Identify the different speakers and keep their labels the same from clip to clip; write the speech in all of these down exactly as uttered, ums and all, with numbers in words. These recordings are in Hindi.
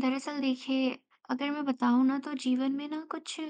Speaker 1: दरअसल देखिए, अगर मैं बताऊँ ना तो जीवन में ना कुछ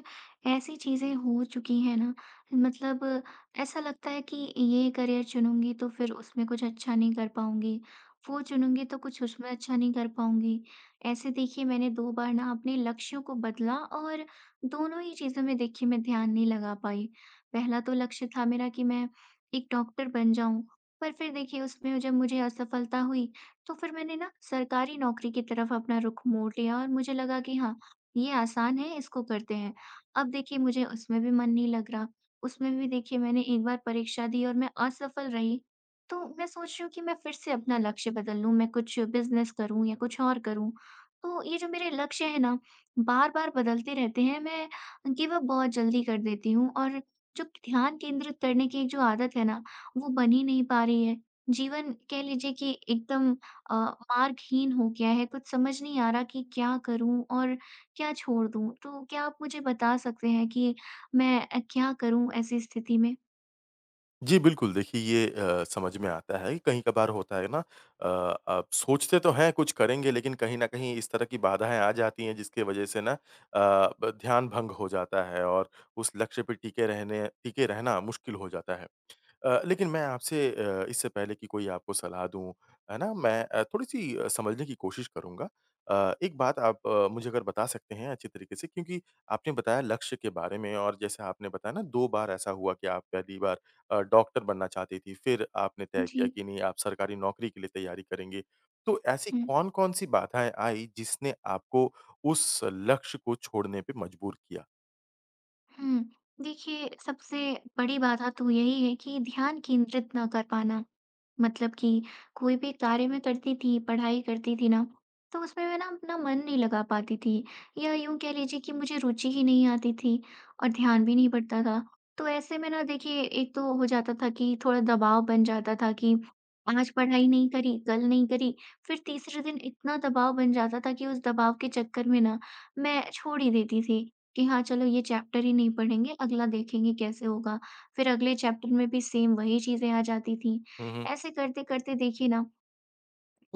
Speaker 1: ऐसी चीज़ें हो चुकी हैं ना। मतलब ऐसा लगता है कि ये करियर चुनूँगी तो फिर उसमें कुछ अच्छा नहीं कर पाऊँगी, वो चुनूँगी तो कुछ उसमें अच्छा नहीं कर पाऊँगी। ऐसे देखिए मैंने दो बार ना अपने लक्ष्यों को बदला और दोनों ही चीज़ों में देखिए मैं ध्यान नहीं लगा पाई। पहला तो लक्ष्य था मेरा कि मैं एक डॉक्टर बन जाऊँ, पर फिर देखिए उसमें जब मुझे असफलता हुई तो फिर मैंने ना सरकारी नौकरी की तरफ अपना रुख मोड़ लिया और मुझे लगा कि हाँ, ये आसान है, इसको करते हैं। अब देखिए मुझे उसमें भी मन नहीं लग रहा। उसमें भी देखिए मैंने एक बार परीक्षा दी और मैं असफल रही। तो मैं सोच रही हूँ कि मैं फिर से अपना लक्ष्य बदल लूँ, मैं कुछ बिज़नेस करूँ या कुछ और करूँ। तो ये जो मेरे लक्ष्य हैं ना, बार-बार बदलते रहते हैं, मैं गिव अप बहुत जल्दी कर देती हूँ। और जो ध्यान केंद्रित करने की एक जो आदत है ना, वो बन ही नहीं पा रही है। जीवन कह लीजिए कि एकदम अ, मार्गहीन हो गया है, कुछ समझ नहीं आ रहा कि क्या करूँ और क्या छोड़ दूँ? तो क्या आप मुझे बता सकते हैं कि मैं अ, क्या करूँ ऐसी स्थिति में?
Speaker 2: जी, बिल्कुल। देखिए ये अ, समझ में आता है, कहीं कभार होता है ना अ, आप सोचते तो हैं कुछ करेंगे लेकिन कहीं न कहीं इस तरह की बाधाएँ आ जाती हैं जिसकी वज़ह से ना अ, ब ध्यान भंग हो जाता है और उस लक्ष्य पे टिके रहने टिके रहना मुश्किल हो जाता है। अ, लेकिन मैं आपसे अ, इससे पहले कि कोई आपको सलाह दूँ, है ना? मैं अ, थोड़ी-सी अ, समझने की कोशिश करूँगा। अ, एक बात आप अ, मुझे अगर बता सकते हैं अच्छे तरीके से क्योंकि आपने बताया लक्ष्य के बारे में और जैसे आपने बताया ना दो बार ऐसा हुआ कि आप पहली बार अ, डॉक्टर बनना चाहती थी, फिर आपने तय
Speaker 1: जी।
Speaker 2: किया कि नहीं आप सरकारी नौकरी के लिए तैयारी करेंगे। तो ऐसी कौन-कौन सी बाधाएँ आई जिसने आपको उस लक्ष्य को छोड़ने पे मजबूर किया?
Speaker 1: हम्म देखिए सबसे बड़ी बाधा तो यही है कि ध्यान केंद्रित ना कर पाना। मतलब कि कोई भी कार्य में करती थी, पढ़ाई करती थी ना, तो उसमें मैं ना अपना मन नहीं लगा पाती थी, या यूं कह लीजिए कि मुझे रुचि ही नहीं आती थी और ध्यान भी नहीं बढ़ता था। तो ऐसे में ना देखिए, एक तो हो जाता था कि थोड़ा दबाव बन जाता था कि आज पढ़ाई नहीं करी, कल नहीं करी, फिर तीसरे दिन इतना दबाव बन जाता था कि उस दबाव के चक्कर में ना मैं छोड़ ही देती थी कि हाँ, चलो ये चैप्टर ही नहीं पढ़ेंगे, अगला देखेंगे कैसे होगा। फिर अगले चैप्टर में भी सेम वही चीज़ें आ जाती थीं।
Speaker 2: हुँ, हुँ।
Speaker 1: ऐसे करते-करते देखिए ना,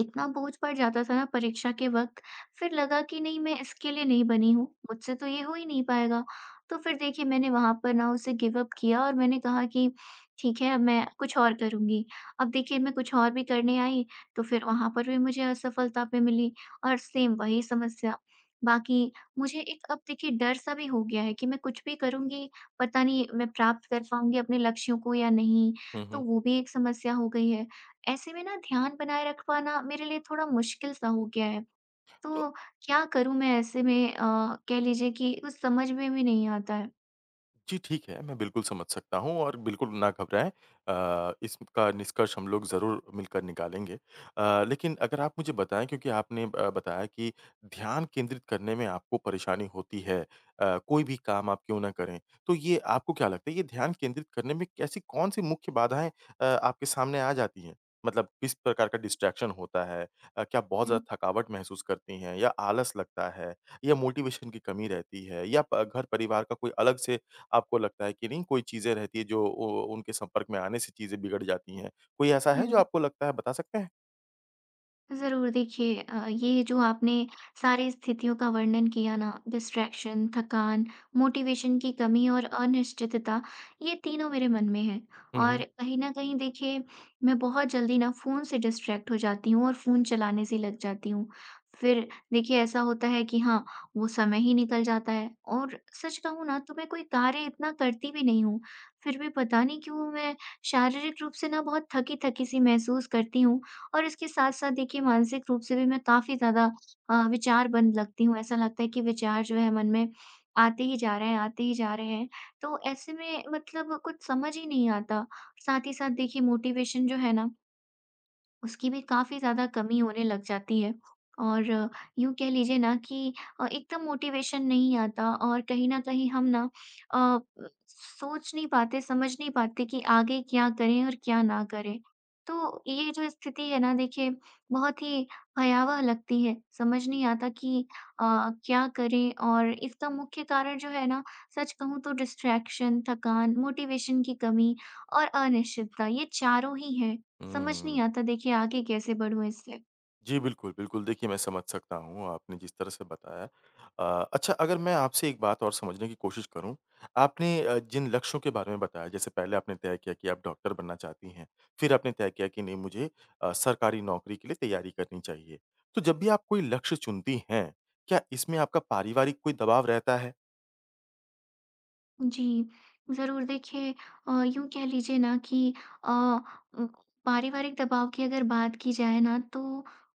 Speaker 1: इतना बोझ पड़ जाता था ना परीक्षा के वक़्त, फिर लगा कि नहीं, मैं इसके लिए नहीं बनी हूँ, मुझसे तो ये हो ही नहीं पाएगा। तो फिर देखिए मैंने वहाँ पर ना उसे गिव अप किया और मैंने कहा कि ठीक है, अब मैं कुछ और करूँगी। अब देखिए मैं कुछ और भी करने आई, तो फिर वहाँ पर भी मुझे असफलता पे मिली और सेम वही समस्या। बाकी मुझे एक अब देखिए डर-सा भी हो गया है कि मैं कुछ भी करूँगी, पता नहीं मैं प्राप्त कर पाऊँगी अपने लक्ष्यों को या नहीं,
Speaker 2: हुँ,
Speaker 1: तो
Speaker 2: हुँ।
Speaker 1: वो भी एक समस्या हो गई है। ऐसे में ना ध्यान बनाए रख पाना मेरे लिए थोड़ा मुश्किल सा हो गया है। तो क्या करूँ मैं ऐसे में, अ, कह लीजिए कि कुछ समझ में भी नहीं आता है।
Speaker 2: जी, ठीक है, मैं बिल्कुल समझ सकता हूँ और बिल्कुल ना घबराएँ अ, इसका निष्कर्ष हम लोग ज़रूर मिलकर निकालेंगे। अ, लेकिन अगर आप मुझे बताएँ क्योंकि आपने अ, बताया कि ध्यान केंद्रित करने में आपको परेशानी होती है अ, कोई भी काम आप क्यों ना करें। तो ये आपको क्या लगता है ये ध्यान केंद्रित करने में ऐसी कौन-सी मुख्य बाधाएँ अ, आपके सामने आ जाती हैं? मतलब किस प्रकार का डिस्ट्रैक्शन होता है? अ, क्या बहुत
Speaker 1: हुँ,
Speaker 2: ज़्यादा थकावट महसूस करती हैं या आलस लगता है या मोटिवेशन की कमी रहती है या प घर परिवार का कोई अलग से आपको लगता है कि नहीं कोई चीज़ें रहती है जो उ उनके संपर्क में आने से चीज़ें बिगड़ जाती हैं? कोई ऐसा है जो
Speaker 1: हुँ।
Speaker 2: आपको लगता है बता सकते हैं?
Speaker 1: ज़रूर देखिए, अ, ये जो आपने सारी स्थितियों का वर्णन किया ना, डिस्ट्रैक्शन, थकान, मोटिवेशन की कमी और अनिश्चितता, ये तीनों मेरे मन में है।
Speaker 2: हुँ, हुँ।
Speaker 1: और कहीं न कहीं देखिए मैं बहुत जल्दी ना फ़ोन से डिस्ट्रैक्ट हो जाती हूँ और फ़ोन चलाने से लग जाती हूँ। फिर देखिए ऐसा होता है कि हाँ, वो समय ही निकल जाता है और सच कहूँ ना तो मैं कोई कार्य इतना करती भी नहीं हूँ। फिर भी पता नहीं क्यों मैं शारीरिक रूप से ना बहुत थकी-थकी सी महसूस करती हूँ और इसके साथ-साथ देखिए मानसिक रूप से भी मैं काफ़ी ज़्यादा अ, विचारबंद लगती हूँ। ऐसा लगता है कि विचार जो है मन में आते ही जा रहे हैं, आते ही जा रहे हैं। तो ऐसे में मतलब कुछ समझ ही नहीं आता। साथ ही साथ देखिए मोटिवेशन जो है ना, उसकी भी काफ़ी ज़्यादा कमी होने लग जाती है। और यूँ कह लीजिए ना कि अ, एकदम मोटिवेशन नहीं आता और कहीं न कहीं हम ना अ, सोच नहीं पाते, समझ नहीं पाते कि आगे क्या करें और क्या ना करें। तो ये जो स्थिति है ना देखिए, बहुत ही भयावह लगती है, समझ नहीं आता कि अ, क्या करें। और इसका मुख्य कारण जो है ना, सच कहूँ तो डिस्ट्रैक्शन, थकान, मोटिवेशन की कमी और अनिश्चितता, ये चारों ही हैं। समझ नहीं
Speaker 2: हुँ।
Speaker 1: आता देखिए आगे कैसे बढ़ूँ इससे।
Speaker 2: जी, बिल्कुल, बिल्कुल। देखिए, मैं समझ सकता हूँ आपने जिस तरह से बताया। अ, अच्छा अगर मैं आपसे एक बात और समझने की कोशिश करूँ, आपने अ, जिन लक्ष्यों के बारे में बताया जैसे पहले आपने तय किया कि आप डॉक्टर बनना चाहती हैं, फिर आपने तय किया कि नहीं मुझे अ, सरकारी नौकरी के लिए तैयारी करनी चाहिए। तो जब भी आप कोई लक्ष्य चुनती हैं, क्या इसमें आपका पारिवारिक कोई दबाव रहता है?
Speaker 1: जी, ज़रूर देखिए, अ, यूँ कह लीजिए ना कि अ, उम, पारिवारिक दबाव की अगर बात की जाए ना, तो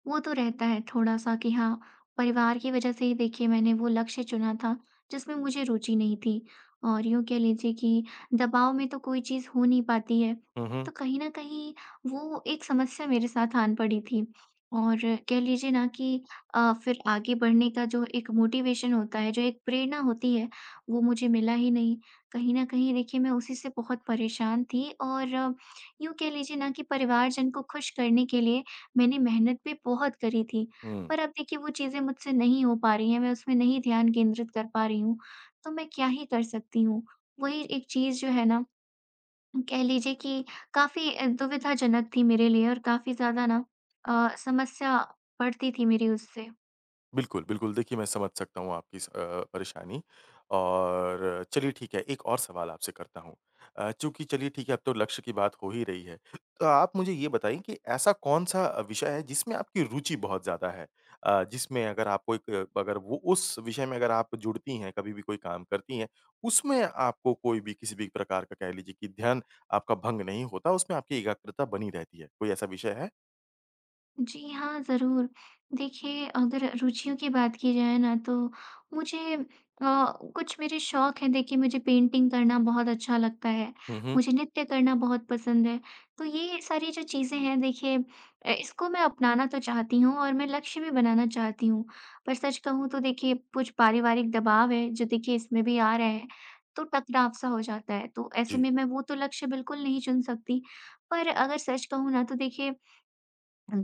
Speaker 1: वो तो रहता है थोड़ा-सा कि हाँ, परिवार की वजह से ही देखिए मैंने वो लक्ष्य चुना था जिसमें मुझे रुचि नहीं थी। और यूँ कह लीजिए कि दबाव में तो कोई चीज़ हो नहीं पाती है,
Speaker 2: हुँ, हुँ।
Speaker 1: तो कहीं न कहीं वो एक समस्या मेरे साथ आन पड़ी थी। और कह लीजिए ना कि अ, फिर आगे बढ़ने का जो एक मोटिवेशन होता है, जो एक प्रेरणा होती है, वो मुझे मिला ही नहीं। कहीं न कहीं देखिए मैं उसी से बहुत परेशान थी और यूँ कह लीजिए ना कि परिवारजन को खुश करने के लिए मैंने मेहनत भी बहुत करी थी।
Speaker 2: हुँ।
Speaker 1: पर अब देखिए वो चीज़ें मुझसे नहीं हो पा रही हैं, मैं उसमें नहीं ध्यान केंद्रित कर पा रही हूँ, तो मैं क्या ही कर सकती हूँ। वही एक चीज़ जो है ना, कह लीजिए कि काफ़ी अ, दुविधाजनक थी मेरे लिए और काफ़ी ज़्यादा ना अ, समस्या पड़ती थी मेरी उससे।
Speaker 2: बिल्कुल, बिल्कुल। देखिए, मैं समझ सकता हूँ आपकी इस अ, परेशानी और चलिए ठीक है, एक और सवाल आपसे करता हूँ। अ, चूँकि चलिए ठीक है, अब तो लक्ष्य की बात हो ही रही है, तो आप मुझे ये बताइए कि ऐसा कौन-सा अ, विषय है जिसमें आपकी रुचि बहुत ज़्यादा है? अ, जिसमें अगर आपको एक अगर वो उस विषय में अगर आप जुड़ती हैं, कभी भी कोई काम करती हैं, उसमें आपको कोई भी किसी भी प्रकार का कह लीजिए कि ध्यान आपका भंग नहीं होता, उसमें आपकी एकाग्रता बनी रहती है। कोई ऐसा विषय है?
Speaker 1: जी हाँ, ज़रूर। देखिए, अगर रुचियों की बात की जाए ना, तो मुझे अ, कुछ मेरे शौक हैं देखिए, मुझे पेंटिंग करना बहुत अच्छा लगता है,
Speaker 2: हुँ, हुँ।
Speaker 1: मुझे नृत्य करना बहुत पसंद है। तो ये सारी जो चीज़ें हैं देखिए, अ, इसको मैं अपनाना तो चाहती हूँ और मैं लक्ष्य भी बनाना चाहती हूँ। पर सच कहूँ तो देखिए कुछ पारिवारिक दबाव है जो देखिए इसमें भी आ रहा है, तो टकराव सा हो जाता है। तो ऐसे
Speaker 2: जी।
Speaker 1: में मैं वो तो लक्ष्य बिल्कुल नहीं चुन सकती। पर अगर सच कहूँ ना तो देखिए,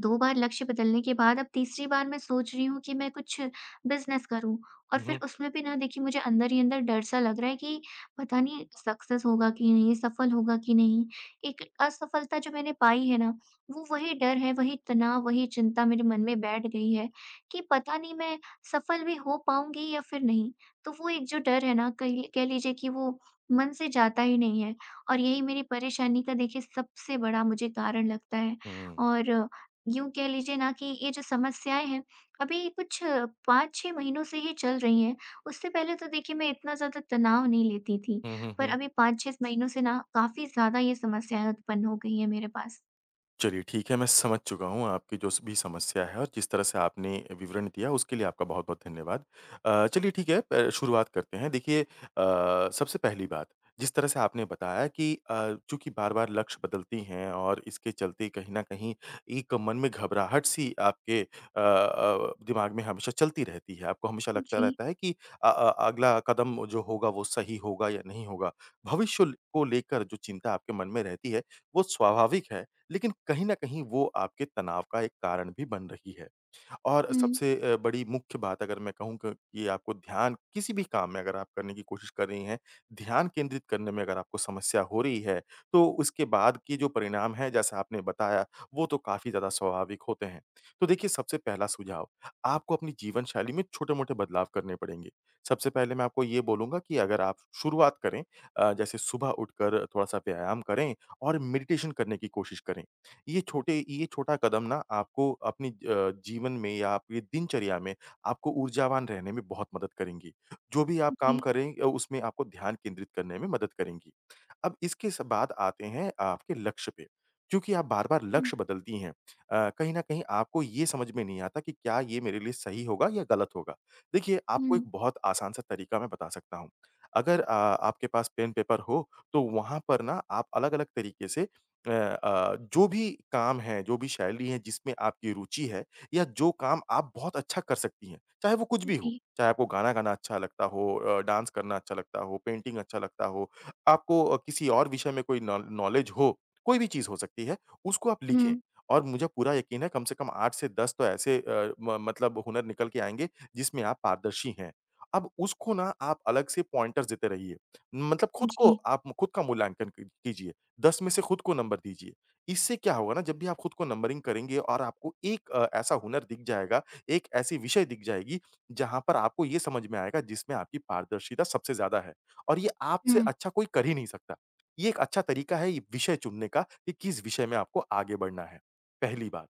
Speaker 1: दो बार लक्ष्य बदलने के बाद अब तीसरी बार मैं सोच रही हूँ कि मैं कुछ बिज़नेस करूँ और
Speaker 2: हुँ,
Speaker 1: फिर
Speaker 2: हुँ।
Speaker 1: उसमें भी ना देखिए मुझे अंदर ही अंदर डर-सा लग रहा है कि पता नहीं सक्सेस होगा कि नहीं, सफल होगा कि नहीं? एक असफलता जो मैंने पाई है ना, वो वही डर है, वही तनाव, वही चिंता मेरे मन में बैठ गई है कि पता नहीं मैं सफल भी हो पाऊँगी या फिर नहीं। तो वो एक जो डर है ना, कही कह लीजिए कि वो मन से जाता ही नहीं है और यही मेरी परेशानी का देखिए सबसे बड़ा मुझे कारण लगता है।
Speaker 2: हुँ, हुँ,
Speaker 1: और यूँ कह लीजिए ना कि ये जो समस्याएँ हैं, अभी कुछ पाँच छह महीनों से ही चल रही हैं। उससे पहले तो देखिए मैं इतना ज़्यादा तनाव नहीं लेती थी,
Speaker 2: हुँ, हुँ,
Speaker 1: पर
Speaker 2: हुँ।
Speaker 1: अभी पाँच छह महीनों से ना काफ़ी ज़्यादा ये समस्याएँ उत्पन्न हो गई हैं मेरे पास।
Speaker 2: चलिए ठीक है, मैं समझ चुका हूँ आपकी जो स भी समस्या है और जिस तरह से आपने विवरण दिया उसके लिए आपका बहुत-बहुत धन्यवाद। अ, चलिए ठीक है अ, शुरुआत करते हैं। देखिए अ, सबसे पहली बात जिस तरह से आपने बताया कि अ, चूँकि बार-बार लक्ष्य बदलती हैं और इसके चलते कहीं न कहीं एक मन में घबराहट सी आपके अ अ, दिमाग में हमेशा चलती रहती है। आपको हमेशा लगता
Speaker 1: जी।
Speaker 2: रहता है कि अ अ, अगला कदम जो होगा वो सही होगा या नहीं होगा। भविष्य को लेकर जो चिंता आपके मन में रहती है वो स्वाभाविक है लेकिन कहीं न कहीं वो आपके तनाव का एक कारण भी बन रही है। और
Speaker 1: हुँ,
Speaker 2: सबसे अ, बड़ी मुख्य बात अगर मैं कहूँ क कि आपको ध्यान किसी भी काम में अगर आप करने की कोशिश कर रही हैं, ध्यान केंद्रित करने में अगर आपको समस्या हो रही है, तो उसके बाद के जो परिणाम हैं जैसा आपने बताया, वो तो काफ़ी ज़्यादा स्वाभाविक होते हैं। तो देखिए सबसे पहला सुझाव, आपको अपनी जीवन शैली में छोटे-मोटे बदलाव करने पड़ेंगे। सबसे पहले मैं आपको ये बोलूँगा कि अगर आप शुरुआत करें अ, जैसे सुबह उठकर थोड़ा-सा व्यायाम करें और मेडिटेशन करने की कोशिश करें। ये छोटे ये छोटा कदम ना आपको अपनी ज- अ, जीवन में या आपकी दिनचर्या में आपको ऊर्जावान रहने में बहुत मदद करेंगी। जो भी आप काम
Speaker 1: जी।
Speaker 2: करें अ, उसमें आपको ध्यान केंद्रित करने में मदद करेंगी। अब इसके स बाद आते हैं आपके लक्ष्य पे। क्योंकि आप बार-बार
Speaker 1: हुँ,
Speaker 2: लक्ष्य बदलती हैं अ, कहीं न कहीं आपको ये समझ में नहीं आता कि क्या ये मेरे लिए सही होगा या गलत होगा। देखिए, आपको एक
Speaker 1: हुँ,
Speaker 2: बहुत आसान सा तरीका मैं बता सकता हूँ। अगर अ, आपके पास पेन-पेपर हो, तो वहाँ पर ना आप अलग-अलग तरीके से अ अ, जो भी काम है, जो भी शैली है जिसमें आपकी रुचि है या जो काम आप बहुत अच्छा कर सकती हैं, चाहे वो कुछ भी हो।
Speaker 1: जी।
Speaker 2: चाहे आपको गाना गाना अच्छा लगता हो अ, डांस करना अच्छा लगता हो, पेंटिंग अच्छा लगता हो, आपको अ, किसी और विषय में कोई नॉल नॉलेज हो, कोई भी चीज़ हो सकती है, उसको आप लिखें।
Speaker 1: हुँ,
Speaker 2: और मुझे पूरा यकीन है कम से कम आठ से दस तो ऐसे अ, म मतलब हुनर निकल के आएँगे जिसमें आप पारदर्शी हैं। अब उसको ना आप अलग से पॉइंटर्स देते रहिए। मतलब खुद को
Speaker 1: जी।
Speaker 2: आप खुद का मूल्यांकन क कीजिए। दस में से खुद को नंबर दीजिए। इससे क्या होगा ना जब भी आप खुद को नंबरिंग करेंगे और आपको एक अ, ऐसा हुनर दिख जाएगा, एक ऐसी विषय दिख जाएगी, जहाँ पर आपको ये समझ में आएगा जिसमें आपकी पारदर्शिता सबसे ज़्यादा है। और ये आपसे
Speaker 1: हुँ,
Speaker 2: अच्छा कोई कर ही नहीं सकता। ये एक अच्छा तरीका है ये विषय चुनने का कि किस विषय में आपको आगे बढ़ना है, पहली बात।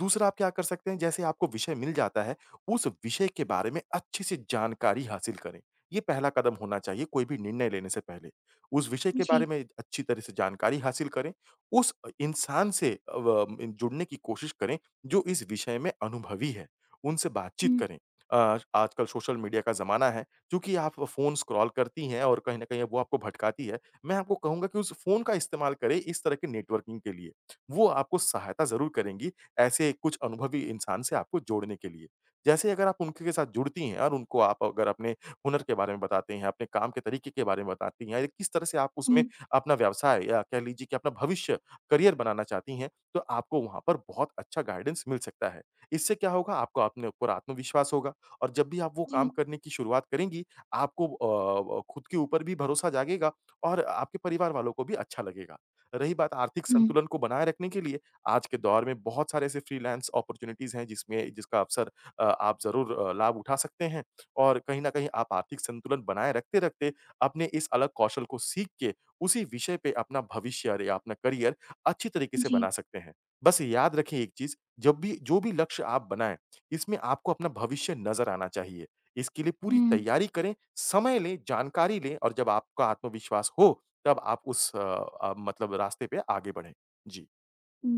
Speaker 2: दूसरा आप क्या कर सकते हैं जैसे आपको विषय मिल जाता है, उस विषय के बारे में अच्छे से जानकारी हासिल करें। ये पहला कदम होना चाहिए कोई भी निर्णय लेने से पहले। उस विषय के
Speaker 1: जी।
Speaker 2: बारे में अच्छी तरह से जानकारी हासिल करें, उस अ, इंसान से अ, व जुड़ने की कोशिश करें जो इस विषय में अनुभवी है, उनसे बातचीत
Speaker 1: हुँ,
Speaker 2: करें। अ, आजकल सोशल मीडिया का ज़माना है, चूँकि आप फ़ोन स्क्रॉल करती हैं और कहीं न कहीं वो आपको भटकाती है, मैं आपको कहूँगा कि उस फ़ोन का इस्तेमाल करें इस तरह के नेटवर्किंग के लिए। वो आपको सहायता ज़रूर करेंगी, ऐसे कुछ अनुभवी इंसान से आपको जोड़ने के लिए। जैसे अगर आप उनके के साथ जुड़ती हैं और उनको आप अगर अपने हुनर के बारे में बताते हैं, अपने काम के तरीके के बारे में बताती हैं या किस तरह से आप उसमें
Speaker 1: हुँ,
Speaker 2: अपना व्यवसाय या कह लीजिए कि अपना भविष्य, करियर बनाना चाहती हैं, तो आपको वहाँ पर बहुत अच्छा गाइडेंस मिल सकता है। इससे क्या होगा आपको अपने ऊपर आत्मविश्वास होगा और जब भी आप वो
Speaker 1: जी।
Speaker 2: काम करने की शुरुआत करेंगी, आपको अ, खुद के ऊपर भी भरोसा जागेगा और आपके परिवार वालों को भी अच्छा लगेगा। रही बात आर्थिक
Speaker 1: हुँ,
Speaker 2: संतुलन को बनाए रखने के लिए, आज के दौर में बहुत सारे ऐसे फ्रीलांस अपॉर्च्युनिटीज़ हैं जिसमें जिसका अवसर अ, आप ज़रूर अ, लाभ उठा सकते हैं। और कहीं न कहीं आप आर्थिक संतुलन बनाए रखते-रखते अपने इस अलग कौशल को सीख के, उसी विषय पे अपना भविष्य और या अपना करियर अच्छी तरीके से
Speaker 1: जी।
Speaker 2: बना सकते हैं। बस याद रखें एक चीज़, जब भी जो भी लक्ष्य आप बनाएँ, इसमें आपको अपना भविष्य नज़र आना चाहिए। इसके लिए पूरी
Speaker 1: हुँ।
Speaker 2: तैयारी करें, समय लें, जानकारी लें और जब आपका आत्मविश्वास हो, तब आप उस अ अ, मतलब रास्ते पे आगे बढ़ें। जी।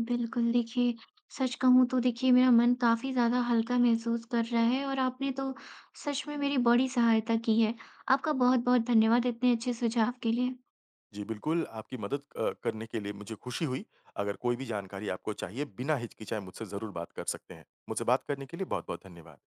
Speaker 1: बिल्कुल, देखिए, सच कहूँ तो देखिए मेरा मन काफ़ी ज़्यादा हल्का महसूस कर रहा है और आपने तो सच में मेरी बड़ी सहायता की है। आपका बहुत-बहुत धन्यवाद इतने अच्छे सुझाव के लिए।
Speaker 2: जी, बिल्कुल, आपकी मदद अ, करने के लिए मुझे खुशी हुई। अगर कोई भी जानकारी आपको चाहिए, बिना हिचकिचाए मुझसे ज़रूर बात कर सकते हैं। मुझसे बात करने के लिए बहुत-बहुत धन्यवाद।